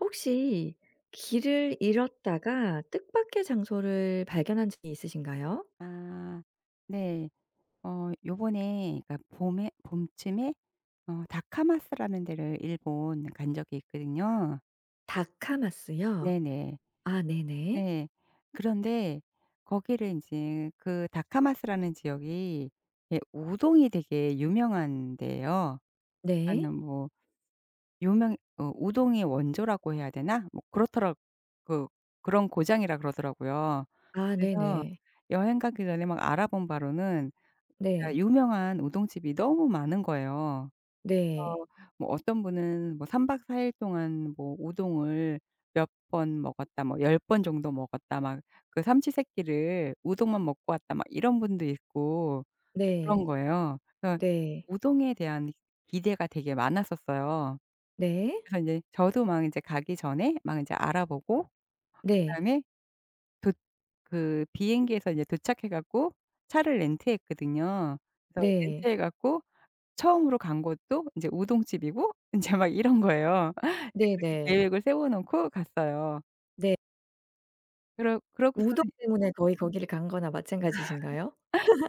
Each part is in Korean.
혹시 길을 잃었다가 뜻밖의 장소를 발견한 적이 있으신가요? 아 네. 요번에 그러니까 봄에 봄쯤에 다카마스라는 데를 일본 간 적이 있거든요. 다카마스요? 네네. 아 네네. 네. 그런데 거기를 이제 그 다카마스라는 지역이, 예, 우동이 되게 유명한 데예요. 하 네. 는 뭐 유명 어 우동의 원조라고 해야 되나? 뭐 그렇더라. 그 그런 고장이라 그러더라고요. 아 그래서 네네. 여행 가기 전에 막 알아본 바로는 네. 진짜 유명한 우동집이 너무 많은 거예요. 네. 그래서 뭐 어떤 분은 뭐 3 박 4일 동안 뭐 우동을 몇 번 먹었다, 뭐 열 번 정도 먹었다 막, 그 삼시세끼를 우동만 먹고 왔다 막, 이런 분도 있고 그런 네. 거예요. 그래서 네. 우동에 대한 기대가 되게 많았었어요. 네. 그래서 인제 저도 막 인제 가기 전에 막 인제 알아보고 네. 그다음에 도 그 비행기에서 이제 도착해 갖고 차를 렌트했거든요. 그래서 네. 렌트해 갖고 처음으로 간 곳도 인제 우동집이고 인제 막 이런 거예요. 이제 네네. 그렇게 네. 계획을 세워 놓고 갔어요. 네. 그러 우동 그러고서는 때문에 거의 거기를 간 거나 마찬가지신가요?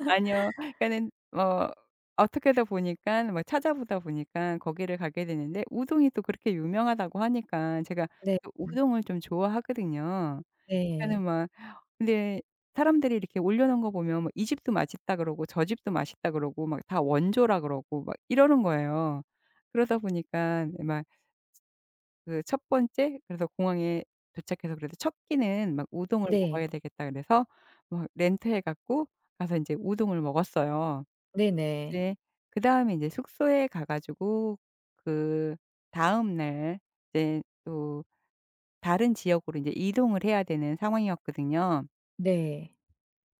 아니요. 그러니까는 어떻게 하다 보니까 뭐 찾아보다 보니까 거기를 가게 되는데, 우동이 또 그렇게 유명하다고 하니까 제가 네. 또 네. 우동을 좀 좋아하거든요. 네. 그러니까는 막 근데 사람들이 이렇게 올려 놓은 거 보면 뭐 "이 집도 맛있다." 그러고 "저 집도 맛있다." 그러고 막 다 원조라 그러고 막 이러는 거예요. 그러다 보니깐 막 그 첫 번째, 그래서 공항에 도착해서 그래도 첫 끼는 막 우동을 먹어야 되겠다 그래서 막 렌트해 갖고 가서 인제 우동을 먹었어요. 네네. 이제 그다음에 인제 숙소에 가 가지고 그다음 날 이제 또 다른 지역으로 인제 이동을 해야 되는 상황이었거든요. 네.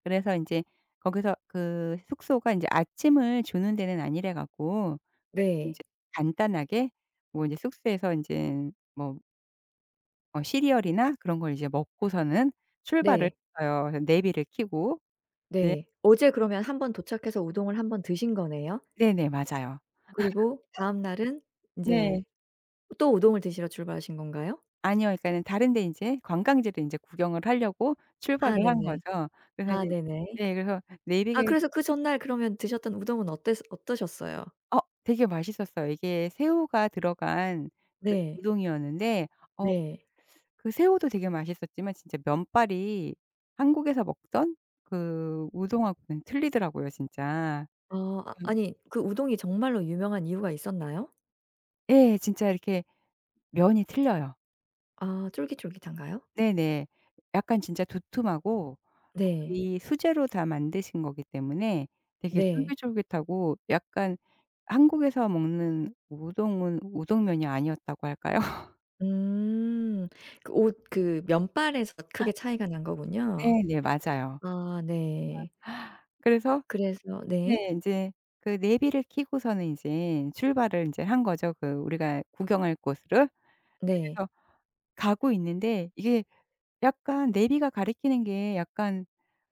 그래서 인제 거기서 그 숙소가 인제 아침을 주는 데는 아니래 갖고 그래도 인제 네. 간단하게 뭐 인제 숙소에서 인제 뭐 시리얼이나 그런 걸 이제 먹고서는 출발을 네. 했어요. 그래서 내비를 켜고. 네. 네. 어제 그러면 한 번 도착해서 우동을 한 번 드신 거네요? 네네 맞아요. 그리고 다음 날은 인제 네. 또 우동을 드시러 출발하신 건가요? 아니요. 그러니까는 다른 데 인제 관광지를 인제 구경을 하려고 아 출발을 한 네네. 거죠. 그래서 아 이제 네네. 네 그래서 아 내비게이션. 그래서 그 전날 그러면 드셨던 우동은 어땠 어떠셨어요? 어 되게 맛있었어요. 이게 새우가 들어간 그 네. 우동이었는데, 어 네. 그 새우도 되게 맛있었지만 진짜 면발이 한국에서 먹던 그 우동하고는 틀리더라고요 진짜. 음. 아니 그 우동이 정말로 유명한 이유가 있었나요? 예. 진짜 이렇게 면이 틀려요. 아 쫄깃쫄깃한가요? 네네. 약간 진짜 두툼하고 네. 거의 수제로 다 만드신 거기 때문에 되게 네. 쫄깃쫄깃하고 약간 한국에서 먹는 우동은 우동면이 아니었다고 할까요? 음. 그 옷 그 면발에서 크게 차이가 난 거군요. 네네. 맞아요. 아 네. 그래서 그래서 네. 네 인제 그 내비를 끼고서는 인제 출발을 인제 한 거죠, 그 우리가 구경할 곳으로. 네. 그래서 가고 있는데 이게 약간 내비가 가리키는 게 약간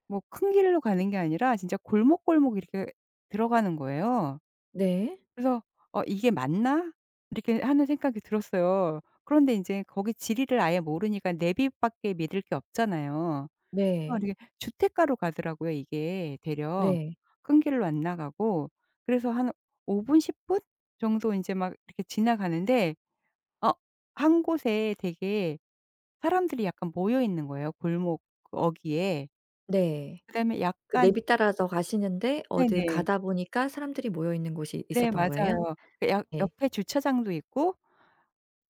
뭐 큰 길로 가는 게 아니라 진짜 골목골목 이렇게 들어가는 거예요. 네. 그래서 이게 맞나?' 이렇게 하는 생각이 들었어요. 그런데 인제 거기 지리를 아예 모르니까 내비 밖에 믿을 게 없잖아요. 네. 이게 주택가로 가더라고요 이게 대려. 네. 큰 길로 안 나가고. 그래서 한 5분 10분 정도 인제 막 이렇게 지나가는데 어 한 곳에 되게 사람들이 약간 모여 있는 거예요, 골목 그 어귀에. 네. 그다음에 그 약간 내비 따라서 가시는데 어디 네네. 가다 보니까 사람들이 모여 있는 곳이 네 있었던 거예요? 맞아요. 그 약 네. 옆에 주차장도 있고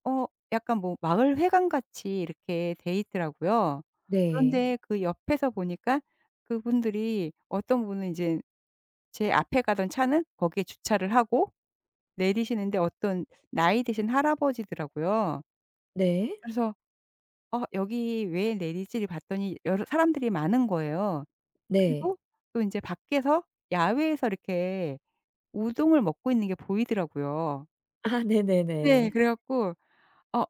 어 약간 뭐 마을 회관 같이 이렇게 돼 있더라고요. 네. 그런데 그 옆에서 보니까 그분들이 어떤 분은 인제 제 앞에 가던 차는 거기에 주차를 하고 내리시는데 어떤 나이 드신 할아버지더라고요. 네. 그래서 '어 여기 왜 내리지?' 봤더니 여러 사람들이 많은 거예요. 네. 그리고 또 인제 밖에서 야외에서 이렇게 우동을 먹고 있는 게 보이더라고요. 아 네. 네네네. 그래 갖고 '어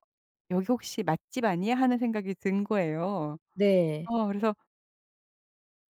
여기 혹시 맛집 아니야?' 하는 생각이 든 거예요. 네. 그래서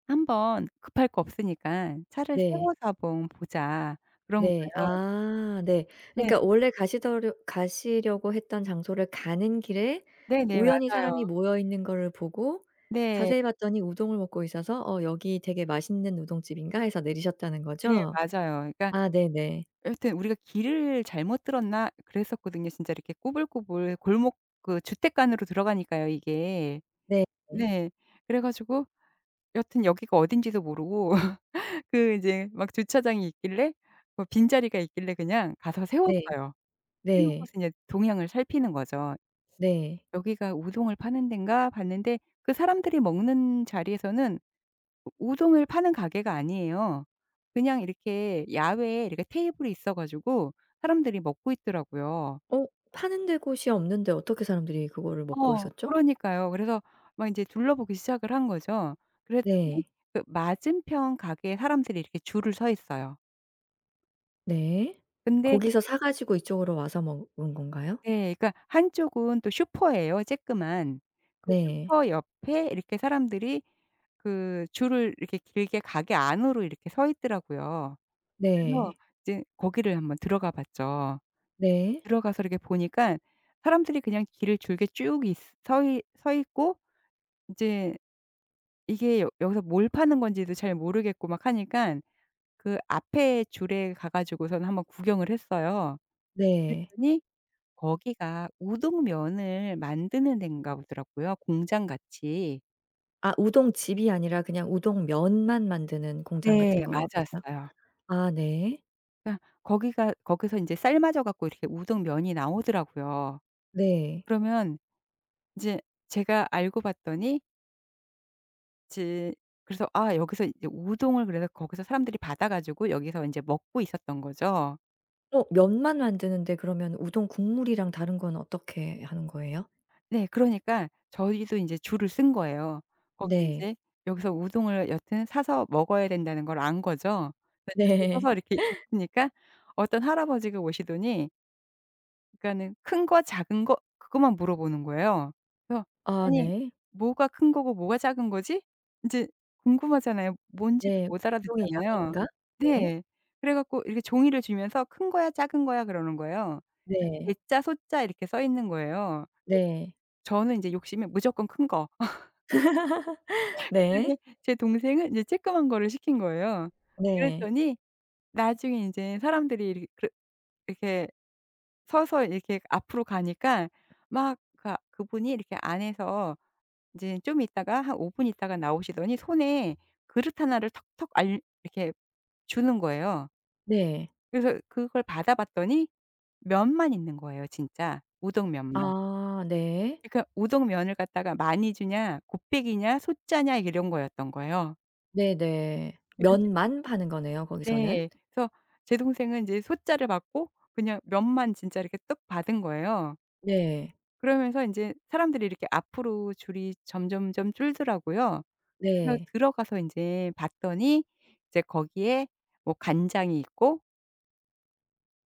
"한번 급할 거 없으니까 차를 네. 세워서 한번 보자." 그런 네. 거예요. 아 네. 네. 그러니까 원래 가시더려 가시려고 했던 장소를 가는 길에 네네. 우연히 사람이 맞아요. 모여 있는 거를 보고 네. 자세히 봤더니 우동을 먹고 있어서 '어 여기 되게 맛있는 우동집인가?' 해서 내리셨다는 네. 거죠? 맞아요. 그러니까 아 네네. 여하튼 우리가 길을 잘못 들었나 그랬었거든요. 진짜 이렇게 꼬불꼬불 골목, 그 주택 안으로 들어가니까요 이게. 네. 네. 네. 그래 가지고 여하튼 여기가 어딘지도 모르고 그 이제 막 주차장이 있길래 뭐 빈자리가 있길래 그냥 가서 세웠어요. 세우고서 네. 이제 동향을 살피는 거죠. 네. 여기가 우동을 파는 덴가?' 봤는데 그 사람들이 먹는 자리에서는 우 우동을 파는 가게가 아니에요. 그냥 이렇게 야외에 이렇게 테이블이 있어 가지고 사람들이 먹고 있더라고요. 어 파는 데 곳이 없는데 어떻게 사람들이 그거를 먹고 있었죠? 그러니까요. 그래서 막 인제 둘러보기 시작을 한 거죠. 그랬더니 네. 그 맞은편 가게에 사람들이 이렇게 줄을 서 있어요. 네. 근데 거기서 사 가지고 이쪽으로 와서 먹은 건가요? 네 그러니까 한쪽은 또 슈퍼예요, 쬐끄만. 그 네. 슈퍼 옆에 이렇게 사람들이 그 줄을 이렇게 길게 가게 안으로 이렇게 서 있더라고요. 그래서 네. 이제 거기를 한번 들어가 봤죠. 네. 들어가서 이렇게 보니까 사람들이 그냥 길을 줄게 쭉 있 서 있 서 있고 이제 이게 여기서뭘 파는 건지도 잘 모르겠고 막 하니까 그 앞에 줄에 가 가지고서는 한번 구경을 했어요. 네. 그랬더니 거기가 우동면을 만드는 데인가 보더라고요, 공장같이. 아 우동집이 아니라 그냥 우동면만 만드는 공장 네 같은 거였어요? 맞았어요. 아 네. 그러니까 거기가 거기서 인제 삶아져 갖고 이렇게 우동 면이 나오더라고요. 네. 그러면 인제 제가 알고 봤더니 이제 그래서 아 여기서 이제 우동을 그래서 거기서 사람들이 받아 가지고 여기서 인제 먹고 있었던 거죠. 어 면만 만드는데 그러면 우동 국물이랑 다른 건 어떻게 하는 거예요? 네. 그러니까 저희도 인제 줄을 쓴 거예요. 거기 네. 인제 여기서 우동을 여튼 사서 먹어야 된다는 걸 안 거죠. 그러니까 줄을 네. 서서 이렇게 있으니까 어떤 할아버지가 오시더니 그러니까는 큰 거 작은 거 그것만 물어보는 거예요. 그래서 아 아니 네. 뭐가 큰 거고 뭐가 작은 거지? 인제 궁금하잖아요. 뭔지를 네. 못 우동의 알아듣잖아요. 양인가? 네. 네. 그래 갖고 이렇게 종이를 주면서 "큰 거야 작은 거야." 그러는 거예요. 네. 대자 소자 이렇게 써 있는 거예요. 네. 저는 인제 욕심이 무조건 큰 거. 네. 그다음에 제 동생은 이제 조그만 거를 시킨 거예요. 네. 그랬더니 나중에 인제 사람들이 이렇게 그 이렇게 서서 이렇게 앞으로 가니까 막그 그분이 이렇게 안에서 이제 좀 있다가 한 5분 있다가 나오시더니 손에 그릇 하나를 턱턱 알 이렇게 주는 거예요. 네. 그래서 그걸 받아 봤더니 면만 있는 거예요 진짜. 우동면만. 아 네. 그러니까 우동면을 갖다가 많이 주냐 곱빼기냐 소짜냐 이런 거였던 거예요. 네네. 그제 면만 파는 거네요 거기서는. 네. 그래서 제 동생은 이제 소짜를 받고 그냥 면만 진짜 이렇게 떡 받은 거예요. 네. 그러면서 인제 사람들이 이렇게 앞으로 줄이 점점점 줄더라고요. 그래서 네. 들어가서 인제 봤더니 이제 거기에 뭐 간장이 있고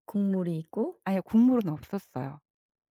국물이 있고 아예 국물은 없었어요.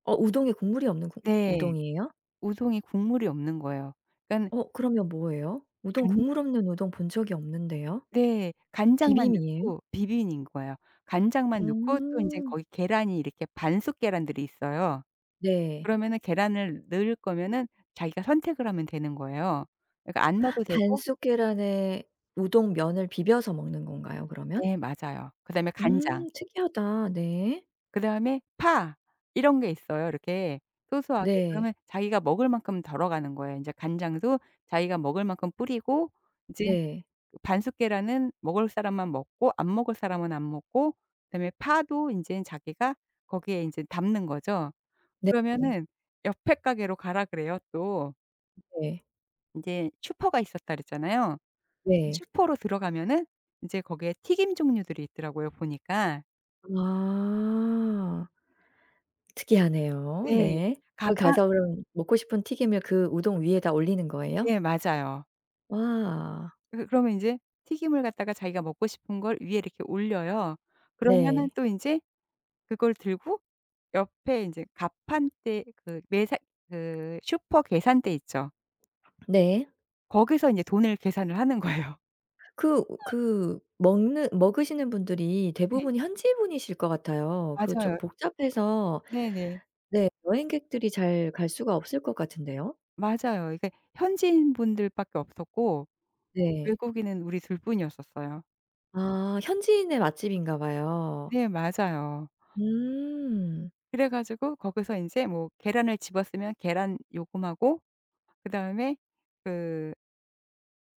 어 우동에 국물이 없는 국 네. 우동이에요? 우동이 국물이 없는 거예요. 그러니깐 어 그러면 뭐예요? 우동 간 국물 없는 우동 본 적이 없는데요. 네. 간장만 비빔이에요? 넣고 비빔인 거예요. 간장만 넣고 또 인제 음. 거기 계란이 이렇게 반숙 계란들이 있어요. 네. 그러면은 계란을 넣을 거면은 자기가 선택을 하면 되는 거예요. 그러니까 안 넣어도 되고 반숙 계란에 우동 면을 비벼서 먹는 건가요 그러면? 네 맞아요. 그다음에 간장. 특이하다. 네. 그다음에 파 이런 게 있어요 이렇게 소소하게. 네. 그러면 자기가 먹을 만큼 덜어 가는 거예요. 인제 간장도 자기가 먹을 만큼 뿌리고 이제 네. 그 반숙 계란은 먹을 사람만 먹고 안 먹을 사람은 안 먹고 그다음에 파도 인제는 자기가 거기에 인제 담는 거죠. 네네. 그러면은 옆에 가게로 가라 그래요 또. 네. 인제 슈퍼가 있었다 그랬잖아요. 네. 슈퍼로 들어가면은 인제 거기에 튀김 종류들이 있더라고요 보니까. 아. 특이하네요. 네. 네. 가게 거기 하 가서 그럼 먹고 싶은 튀김을 그 우동 위에다 올리는 거예요? 네 맞아요. 와. 그 그러면 인제 튀김을 갖다가 자기가 먹고 싶은 걸 위에 이렇게 올려요. 네. 그러면은 네. 또 인제 그걸 들고 옆에 인제 가판대, 그 매산 그 슈퍼 계산대 있죠. 네. 거기서 인제 돈을 계산을 하는 거예요. 그 그 먹는 먹으시는 분들이 네. 대부분 현지 분이실 것 같아요. 그 좀 맞아요. 복잡해서 네네. 네 여행객들이 잘 갈 수가 없을 것 같은데요. 맞아요. 이게 현지인 분들밖에 없었고 네. 외국인은 우리 둘 뿐이었었어요. 아 현지인의 맛집인가 봐요. 네 맞아요. 음. 그래 가지고 거기서 인제 뭐 계란을 집었으면 계란 요금하고 그다음에 그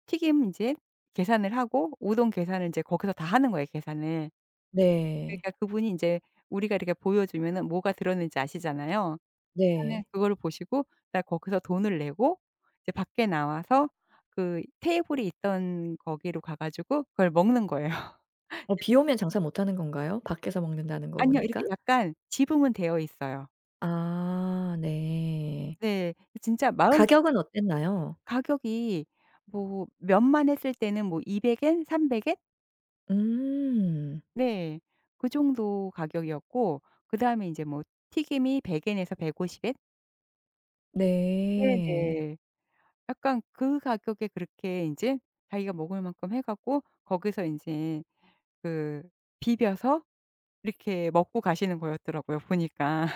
튀김 인제 계산을 하고 우동 계산을 인제 거기서 다 하는 거예요 계산을. 네. 그러니까 그분이 인제 우리가 이렇게 보여주면은 뭐가 들었는지 아시잖아요. 그러니까는 네. 그거를 보시고 딱 거기서 돈을 내고 이제 밖에 나와서 그 테이블이 있던 거기로 가 가지고 그걸 먹는 거예요. 어 비 오면 장사 못 하는 건가요? 밖에서 먹는다는 거 아니요. 보니까? 이렇게 약간 지붕은 되어 있어요. 아 네. 네. 진짜 마을. 가격은 어땠나요? 가격이 뭐 면만 했을 때는 뭐 200 엔, 300 엔? 음. 네. 그 정도 가격이었고 그다음에 인제 뭐 튀김이 100 엔에서 150 엔? 네. 네네. 약간 그 가격에 그렇게 인제 자기가 먹을 만큼 해 갖고 거기서 인제 그 비벼서 이렇게 먹고 가시는 거였더라고요 보니까.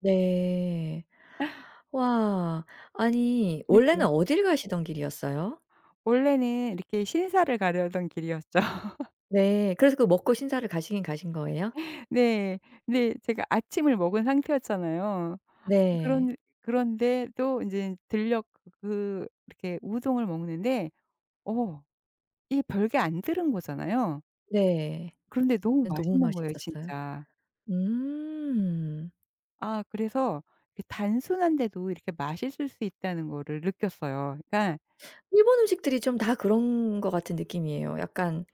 네. 와. 아니 원래는 네네. 어딜 가시던 길이었어요? 원래는 이렇게 신사를 가려던 길이었죠. 네. 그래서 그 먹고 신사를 가시긴 가신 거예요? 네. 근데 제가 아침을 먹은 상태였잖아요. 네. 그런데 또 인제 들려 그 그 이렇게 우동을 먹는데 어 이게 별게 안 들은 거잖아요. 네. 그런데 너무 네 너무 맛있는 거예요 맛있었어요? 진짜. 음. 아 그래서 그 단순한데도 이렇게 맛있을 수 있다는 거를 느꼈어요. 그러니까 일본 음식들이 좀 다 그런 것 같은 느낌이에요. 약간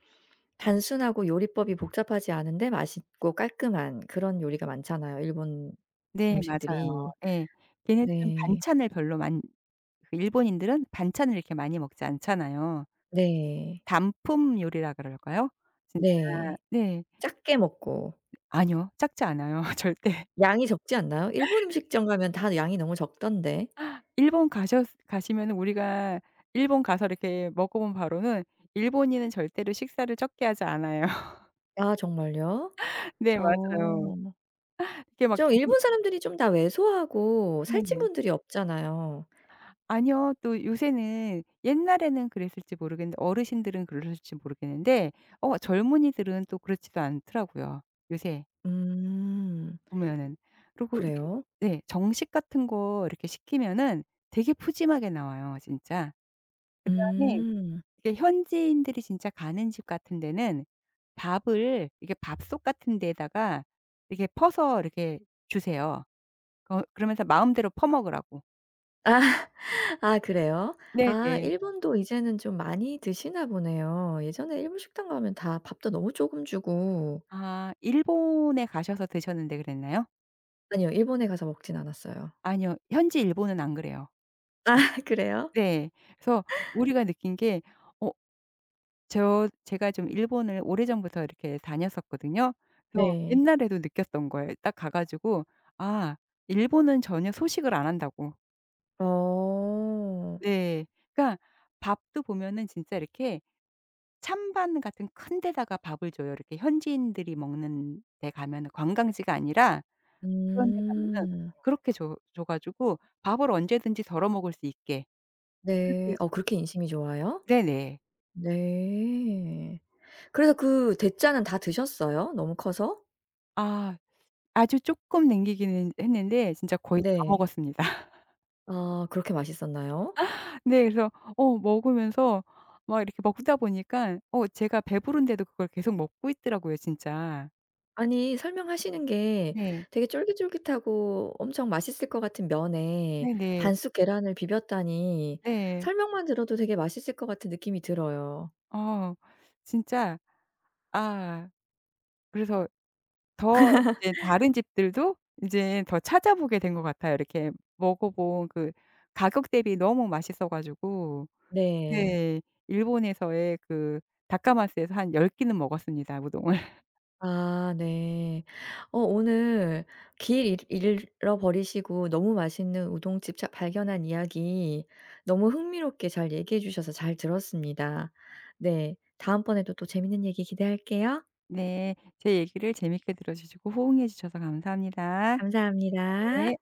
단순하고 요리법이 복잡하지 않은데 맛있고 깔끔한 그런 요리가 많잖아요, 일본 네 맞아요. 음식들이. 예. 걔네들은 네. 반찬을 별로 만 그 일본인들은 반찬을 이렇게 많이 먹지 않잖아요. 네. 단품 요리라 그럴까요? 진짜 네. 네. 작게 먹고. 아니요. 작지 않아요 절대. 양이 적지 않나요? 일본 음식점 가면 다 양이 너무 적던데. 일본 가셨 가시면은 우리가 일본 가서 이렇게 먹어본 바로는 일본인은 절대로 식사를 적게 하지 않아요. 아 정말요? 네 맞아요. 어. 이게 막 좀 정 일본 사람들이 좀 다 왜소하고 살찐 네네. 분들이 없잖아요. 아니요. 또 요새는 옛날에는 그랬을지 모르겠는데 어르신들은 그러실지 모르겠는데 젊은이들은 또 그렇지도 않더라고요, 요새 음. 보면은. 그리고 이렇게 그래요? 네 정식 같은 거 이렇게 시키면은 되게 푸짐하게 나와요, 진짜. 그다음에 음. 이게 현지인들이 진짜 가는 집 같은 데는 밥을 이렇게 밥솥 같은 데에다가 이렇게 퍼서 이렇게 주세요. 거 그러면서 마음대로 퍼 먹으라고. 아. 아 그래요? 아 네네. 일본도 이제는 좀 많이 드시나 보네요. 예전에 일본 식당 가면 다 밥도 너무 조금 주고 아 일본에 가셔서 드셨는데 그랬나요? 아니요. 일본에 가서 먹진 않았어요. 아니요. 현지 일본은 안 그래요. 아 좀 그래요? 네. 그래서 우리가 느낀 게 어 제가 좀 일본을 오래전부터 이렇게 다녔었거든요. 그래서 네. 옛날에도 느꼈던 거예요. 딱 가 가지고 아 일본은 전혀 소식을 안 한다고. 어. 네. 그러니까 밥도 보면은 진짜 이렇게 찬반 같은 큰 데다가 밥을 줘요. 이렇게 현지인들이 먹는 데 가면은, 관광지가 아니라 그런 데 가면은, 음. 그렇게 줘 가지고 밥을 언제든지 덜어 먹을 수 있게. 그렇게 네. 어 좀 그렇게 인심이 좋아요? 네네. 네. 그래서 그 대짜는 다 드셨어요? 너무 커서? 아 아주 쪼끔 남기기는 했는데 진짜 거의 다 네. 먹었습니다. 아 그렇게 맛있었나요? 네 그래서 먹으면서 막 이렇게 먹다 보니까 제가 배부른데도 그걸 계속 먹고 있더라고요 진짜. 아니 설명하시는 게 네. 되게 쫄깃쫄깃하고 엄청 맛있을 것 같은 면에 네네. 반숙 계란을 비볐다니 네. 설명만 들어도 되게 맛있을 것 같은 느낌이 들어요. 어 진짜 아 그래서 더 이제 다른 집들도 이제 더 찾아보게 된 것 같아요. 이렇게 먹어본 그 가격 대비 너무 맛있어 가지고 네. 네. 일본에서의 그 다카마스에서 한 10 끼는 먹었습니다, 우동을. 아 네. 어 오늘 길 잃 잃어버리시고 너무 맛있는 우동집 차 발견한 이야기 너무 흥미롭게 잘 얘기해 주셔서 잘 들었습니다. 네. 다음번에도 또 재밌는 얘기 기대할게요. 네. 제 얘기를 재밌게 들어 주시고 호응해 주셔서 감사합니다. 감사합니다. 네.